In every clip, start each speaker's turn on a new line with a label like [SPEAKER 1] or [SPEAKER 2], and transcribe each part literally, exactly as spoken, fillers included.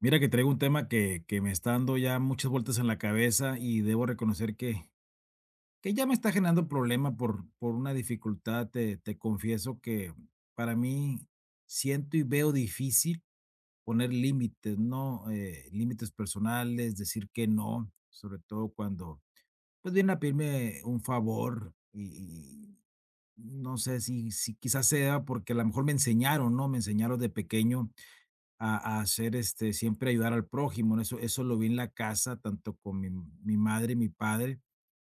[SPEAKER 1] Mira que traigo un tema que, que me está dando ya muchas vueltas en la cabeza y debo reconocer que, que ya me está generando problema por, por una dificultad. Te, te confieso que para mí siento y veo difícil poner límites, ¿no? Eh, límites personales, decir que no, sobre todo cuando pues vienen a pedirme un favor y, y no sé si, si quizás sea porque a lo mejor me enseñaron, ¿no? Me enseñaron de pequeño a a hacer, este, siempre ayudar al prójimo, ¿no? Eso eso lo vi en la casa, tanto con mi mi madre y mi padre,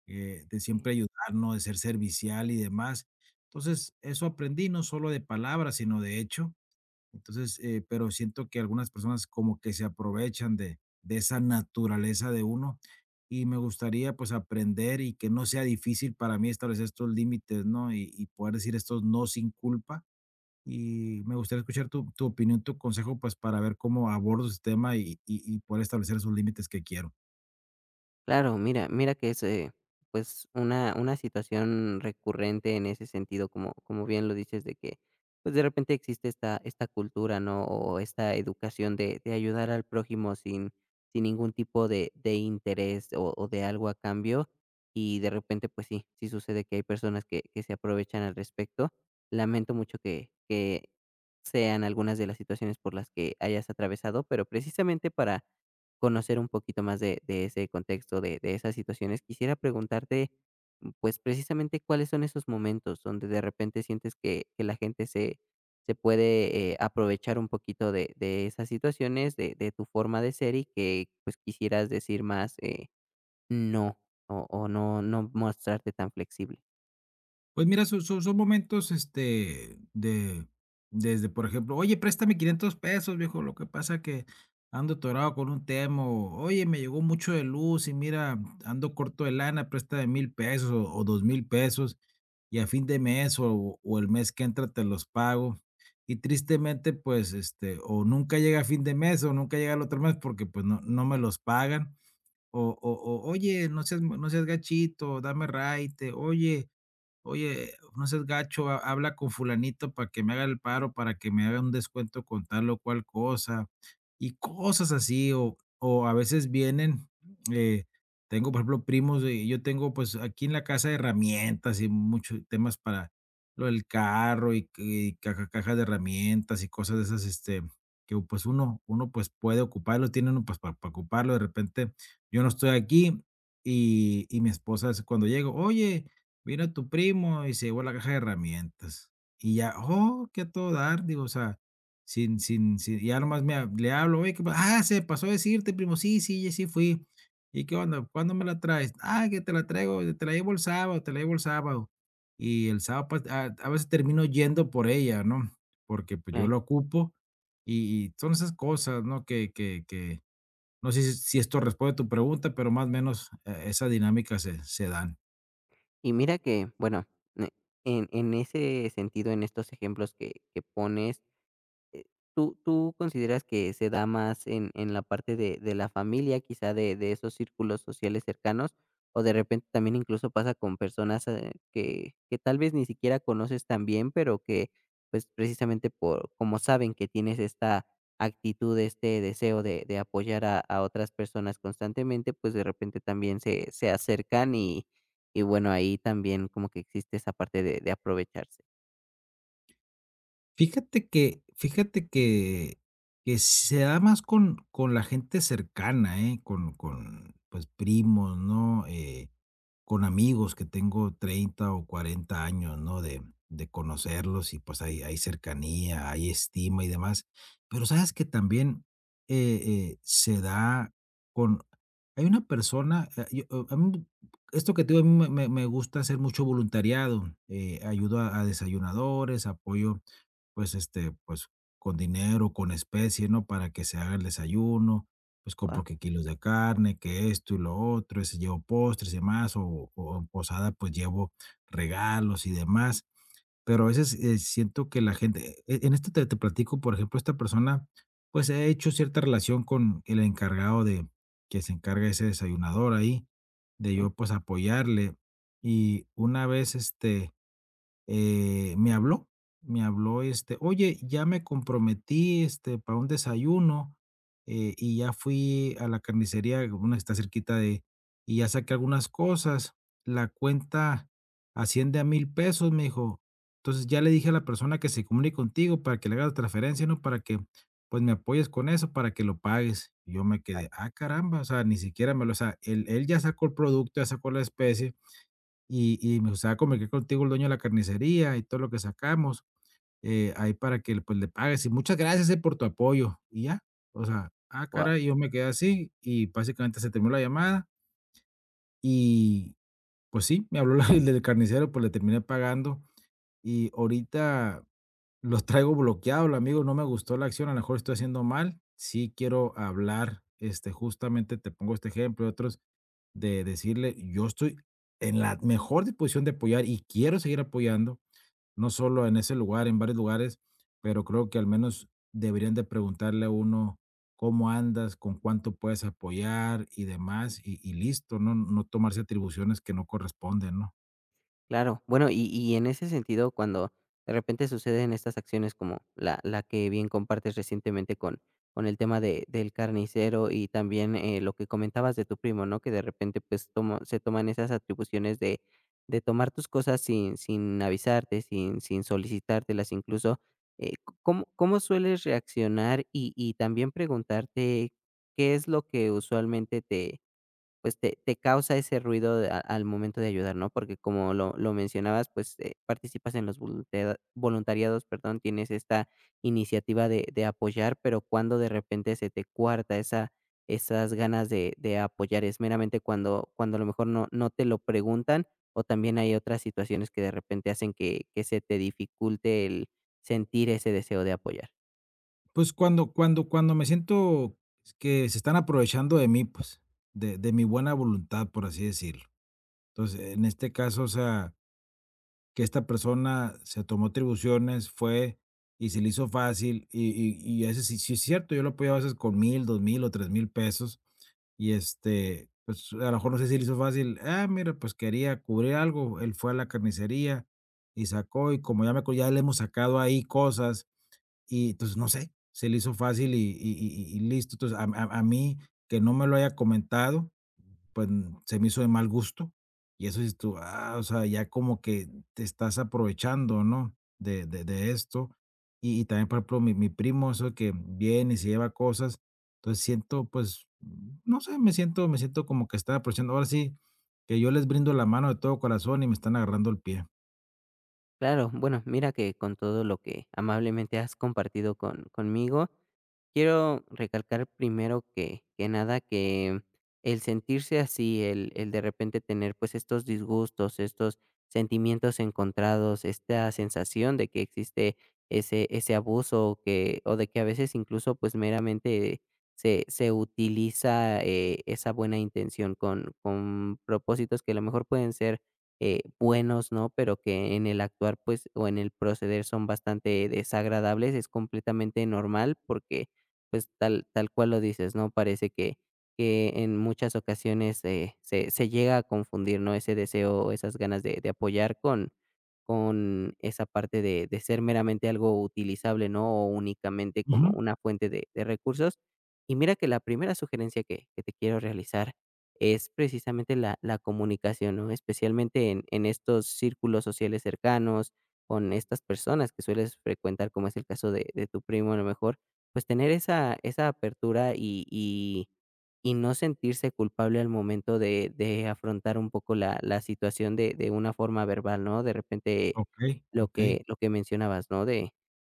[SPEAKER 1] eh, de siempre ayudarnos, de ser servicial y demás. Entonces, eso aprendí, no solo de palabras, sino de hecho. Entonces, eh, pero siento que algunas personas como que se aprovechan de de esa naturaleza de uno, y me gustaría, pues, aprender y que no sea difícil para mí establecer estos límites, ¿no? Y y poder decir estos no sin culpa, y me gustaría escuchar tu tu opinión, tu consejo, pues, para ver cómo abordo ese tema y y y poder establecer esos límites que quiero.
[SPEAKER 2] Claro, mira mira que es, eh, pues, una una situación recurrente en ese sentido, como como bien lo dices, de que, pues, de repente existe esta esta cultura, ¿no?, o esta educación de de ayudar al prójimo sin sin ningún tipo de de interés o o de algo a cambio, y de repente, pues sí, sí sucede que hay personas que que se aprovechan al respecto. Lamento mucho que que sean algunas de las situaciones por las que hayas atravesado, pero precisamente para conocer un poquito más de de ese contexto, de de esas situaciones. Quisiera preguntarte, mm, pues, precisamente, ¿cuáles son esos momentos donde de repente sientes que que la gente se se puede, eh, aprovechar un poquito de de esas situaciones, de de tu forma de ser y que, pues, quisieras decir más, eh, no, o o no no mostrarte tan flexible?
[SPEAKER 1] Pues mira, son son son momentos, este, de desde, por ejemplo: "Oye, préstame quinientos pesos, viejo, lo que pasa que ando atorado con un tema", o: "Oye, me llegó mucho de luz y mira, ando corto de lana, préstame mil pesos o o dos mil pesos, y a fin de mes o o el mes que entra te los pago". Y tristemente, pues, este, o nunca llega a fin de mes o nunca llega el otro mes porque, pues, no no me los pagan, o o o: "Oye, no seas no seas gachito, dame raite, oye, oye, no seas gacho, ha- habla con fulanito para que me haga el paro, para que me haga un descuento con tal o cual cosa, y cosas así, o, o a veces vienen, eh, tengo, por ejemplo, primos, eh, yo tengo pues aquí en la casa herramientas y muchos temas para lo del carro y, que- y caja- cajas de herramientas y cosas de esas, este, que pues uno, uno pues puede ocuparlo, tiene uno pues para, ocuparlo, de repente yo no estoy aquí y, y mi esposa es cuando llego, oye, vino tu primo y se llevó la caja de herramientas. Y ya, oh, que a todo dar, digo, o sea, sin sin sin ya nomás me ha le hablo: "Oye, ¿qué pa ah, se me pasó a decirte, primo, sí, sí, ya sí fui. ¿Y qué onda? ¿Cuándo me la traes? Ah, que te la traigo, te la llevo el sábado, te la llevo el sábado". Y el sábado, pues, a a veces termino yendo por ella, ¿no? Porque, pues, yo
[SPEAKER 2] Eh,
[SPEAKER 1] lo ocupo y y son esas cosas, ¿no? Que que que no sé si si esto responde a tu pregunta, pero más o menos, eh, esa dinámica se se dan.
[SPEAKER 2] y mira que, bueno, eh, en en ese sentido, en estos ejemplos que que pones. Eh, ¿tú tú consideras que se da más en en la parte de de la familia, quizá de de esos círculos sociales cercanos, o de repente también incluso pasa con personas, eh, que que tal vez ni siquiera conoces tan bien, pero que, pues, precisamente por como saben que tienes esta actitud, este deseo de de apoyar a a otras personas constantemente, pues, de repente también se se acercan y y bueno, ahí también como que existe esa parte de de aprovecharse.
[SPEAKER 1] Fíjate que fíjate que que se da más con con la gente cercana, ¿eh? Con con, pues, primos, ¿no? Eh, con amigos que tengo treinta o cuarenta años, ¿no? De de conocerlos y, pues, hay hay cercanía, hay estima y demás. Pero, ¿sabes que también, eh eh, se da con hay una persona, ah, yo eh, a mí esto que te digo, a mí me me me gusta hacer mucho voluntariado, eh, ayudo a a desayunadores, apoyo pues, este, pues, con dinero, con especie, ¿no? Para que se haga el desayuno, pues, compro
[SPEAKER 2] Guau,
[SPEAKER 1] que kilos de carne, que esto y lo otro, ese llevo postres y demás, o o en posada, pues, llevo regalos y demás. Pero a veces, eh, siento que la gente e en esto te te platico, por ejemplo, esta persona, pues, he hecho cierta relación con el encargado de que se encarga ese desayunador ahí, de
[SPEAKER 2] sí,
[SPEAKER 1] yo, pues, apoyarle. Y una vez, este, eh, me habló, me habló, este, oye, ya me comprometí, este, para un desayuno, eh, y ya fui a la carnicería, una que está cerquita de, y ya saqué algunas cosas, la cuenta asciende a mil pesos, me dijo. Entonces ya le dije a la persona que se comunique contigo para que le haga la transferencia, ¿no? Para que, pues, me apoyes con eso, para que lo pagues. Y yo me
[SPEAKER 2] vaya,
[SPEAKER 1] quedé, ah, caramba, o sea, ni siquiera me lo, o sea, él, él ya sacó el producto, ya sacó la especie, y y me gustaría convertir contigo el dueño de la carnicería y todo lo que sacamos, eh, ahí para que, pues, le pagues, y muchas gracias, eh, por tu apoyo", y ya. O sea, ah,
[SPEAKER 2] guau.
[SPEAKER 1] caray, yo me quedé así y básicamente se terminó la llamada y, pues sí, me habló la el del carnicero, pues, le terminé pagando y ahorita los traigo bloqueados, amigo, no me gustó la acción, a lo mejor estoy haciendo mal. Sí quiero hablar, este, justamente te pongo este ejemplo y otros, de decirle, yo estoy en la mejor disposición de apoyar y quiero seguir apoyando, no solo en ese lugar, en varios lugares, pero creo que al menos deberían de preguntarle a uno cómo andas, con cuánto puedes apoyar y demás, y, y listo, ¿no? No tomarse atribuciones que no corresponden, ¿no?
[SPEAKER 2] Claro. Bueno, y y en ese sentido, cuando de repente suceden estas acciones como la la que bien compartes recientemente con con el tema de del carnicero y también, eh, lo que comentabas de tu primo, ¿no? Que de repente, pues, toma se toman esas atribuciones de de tomar tus cosas sin sin avisarte, sin sin solicitártelas incluso, eh, c- ¿cómo cómo sueles reaccionar? Y y también preguntarte, ¿qué es lo que usualmente te pues, te te causa ese ruido de a al momento de ayudar, ¿no? Porque como lo lo mencionabas, pues, eh, participas en los voluntea voluntariados, perdón, tienes esta iniciativa de de apoyar, pero cuando de repente se te cuarta esa esas ganas de de apoyar, ¿es meramente cuando cuando a lo mejor no no te lo preguntan, o también hay otras situaciones que de repente hacen que que se te dificulte el sentir ese deseo de apoyar?
[SPEAKER 1] Pues, cuando cuando cuando me siento que se están aprovechando de mí, pues, de de mi buena voluntad, por así decirlo. Entonces, en este caso, o sea, que esta persona se tomó atribuciones, fue y se le hizo fácil, y y y a veces sí sí es cierto, yo lo apoyaba a veces con mil dos mil o tres mil pesos, y, este, pues, a lo mejor no sé si le hizo fácil, ah, mira, pues, quería cubrir algo, él fue a la carnicería y sacó, y como ya me co ya le hemos sacado ahí cosas y entonces, no sé, se le hizo fácil y y y y listo. Entonces, a a a mí, que no me lo haya comentado, pues, mm, se me hizo de mal gusto. Y eso dices tú, ah, o sea, ya como que te estás aprovechando, ¿no?, de de de esto. Y y también, por ejemplo, mi mi primo, eso que viene y se lleva cosas. Entonces, siento, pues, mm, no sé, me siento me siento como que están aprovechando. Ahora sí que yo les brindo la mano de todo corazón y me están agarrando el pie.
[SPEAKER 2] Claro, bueno, mira que con todo lo que amablemente has compartido con, conmigo, quiero recalcar primero que, que nada que el sentirse así, el, el de repente tener pues estos disgustos, estos sentimientos encontrados, esta sensación de que existe ese, ese abuso o que, o de que a veces incluso pues meramente se, se utiliza eh, esa buena intención con, con propósitos que a lo mejor pueden ser eh, buenos, ¿no? Pero que en el actuar, pues, o en el proceder son bastante desagradables, es completamente normal porque, pues, tal, tal cual lo dices, ¿no? Parece que, que en muchas ocasiones eh, se, se llega a confundir, ¿no? Ese deseo, o esas ganas de, de apoyar con, con esa parte de, de ser meramente algo utilizable, ¿no? O únicamente como
[SPEAKER 1] Ujú.
[SPEAKER 2] una fuente de, de recursos. Y mira que la primera sugerencia que, que te quiero realizar es precisamente la la comunicación, ¿no? Especialmente en en estos círculos sociales cercanos, con estas personas que sueles frecuentar, como es el caso de de tu primo, a lo mejor, pues, tener esa esa apertura y y y no sentirse culpable al momento de de afrontar un poco la la situación de de una forma verbal, ¿no? De repente,
[SPEAKER 1] Okey,
[SPEAKER 2] lo
[SPEAKER 1] okey.
[SPEAKER 2] que lo que mencionabas, ¿no? De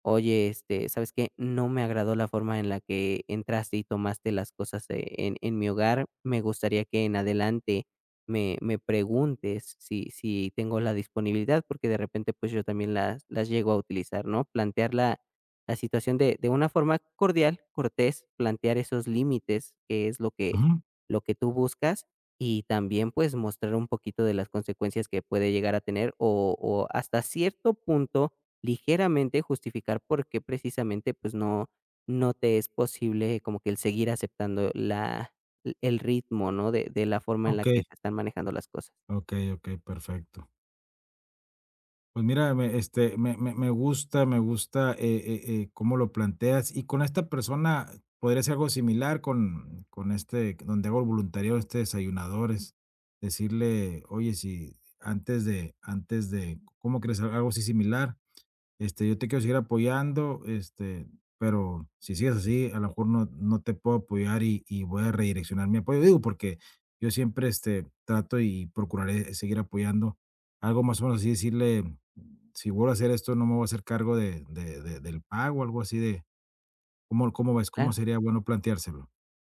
[SPEAKER 2] oye, este, ¿sabes qué? No me agradó la forma en la que entraste y tomaste las cosas eh, en, en mi hogar. Me gustaría que en adelante me, me preguntes si, si tengo la disponibilidad, porque de repente pues yo también las, las llego a utilizar, ¿no? Plantear la, la situación de, de una forma cordial, cortés, plantear esos límites, que es lo que,
[SPEAKER 1] Ujú.
[SPEAKER 2] lo que tú buscas, y también pues mostrar un poquito de las consecuencias que puede llegar a tener o, o hasta cierto punto ligeramente justificar por qué precisamente, pues, no no te es posible como que el seguir aceptando la el ritmo, ¿no?, de de la forma en la que
[SPEAKER 1] Okey.
[SPEAKER 2] se están manejando las cosas.
[SPEAKER 1] Ok, ok, perfecto. Pues mira, me, este, me me me gusta me gusta, eh eh eh, cómo lo planteas. Y con esta persona, ¿podría ser algo similar con con este, donde hago el voluntariado, este desayunadores? Decirle: "Oye, si antes de antes de", ¿cómo crees? Algo así similar. Este, yo te quiero seguir apoyando, este, pero si sigues así, a lo mejor no, no te puedo apoyar y, y voy a redireccionar mi apoyo. Digo, porque yo siempre este, trato y procuraré seguir apoyando. Algo más o menos así decirle, si vuelvo a hacer esto, no me voy a hacer cargo de, de- de- del pago, algo así de, ¿cómo, cómo ves? ¿Cómo
[SPEAKER 2] Claro.
[SPEAKER 1] sería bueno planteárselo?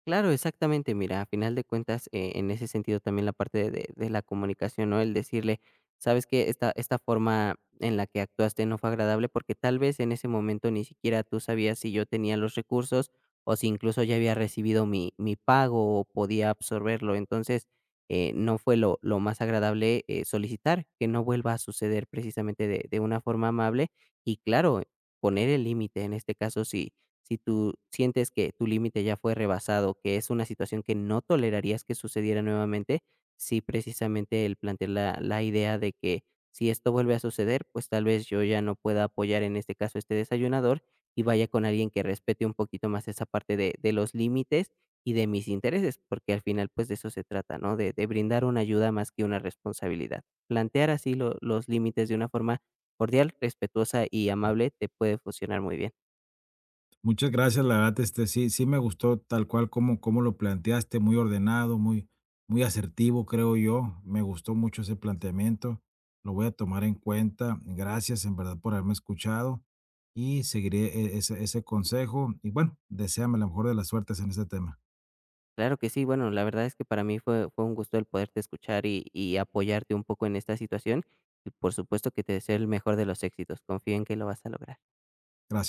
[SPEAKER 2] Claro, exactamente. Mira, a final de cuentas, eh, en ese sentido también la parte de, de la comunicación, ¿no? El decirle, sabes que esta, esta forma en la que actuaste no fue agradable porque tal vez en ese momento ni siquiera tú sabías si yo tenía los recursos o si incluso ya había recibido mi, mi pago o podía absorberlo. Entonces, eh, no fue lo, lo más agradable eh, solicitar que no vuelva a suceder precisamente de, de una forma amable y claro, poner el límite en este caso si, si tú sientes que tu límite ya fue rebasado, que es una situación que no tolerarías que sucediera nuevamente, sí, precisamente el plantear la, la idea de que si esto vuelve a suceder, pues tal vez yo ya no pueda apoyar en este caso este desayunador y vaya con alguien que respete un poquito más esa parte de, de los límites y de mis intereses, porque al final pues de eso se trata, ¿no? De, de brindar una ayuda más que una responsabilidad. Plantear así lo- los límites de una forma cordial, respetuosa y amable te puede funcionar muy bien.
[SPEAKER 1] Muchas gracias, la verdad, este, sí, sí me gustó tal cual como, como lo planteaste, muy ordenado, muy, muy asertivo, creo yo. Me gustó mucho ese planteamiento. Lo voy a tomar en cuenta. Gracias, en verdad, por haberme escuchado y seguiré e- ese, ese consejo. Y bueno, deséame la mejor de las suertes en este tema.
[SPEAKER 2] Claro que sí, bueno, la verdad es que para mí fue, fue un gusto el poderte escuchar y, y apoyarte un poco en esta situación y por supuesto que te deseo el mejor de los éxitos, confío en que lo vas a lograr.
[SPEAKER 1] Gracias.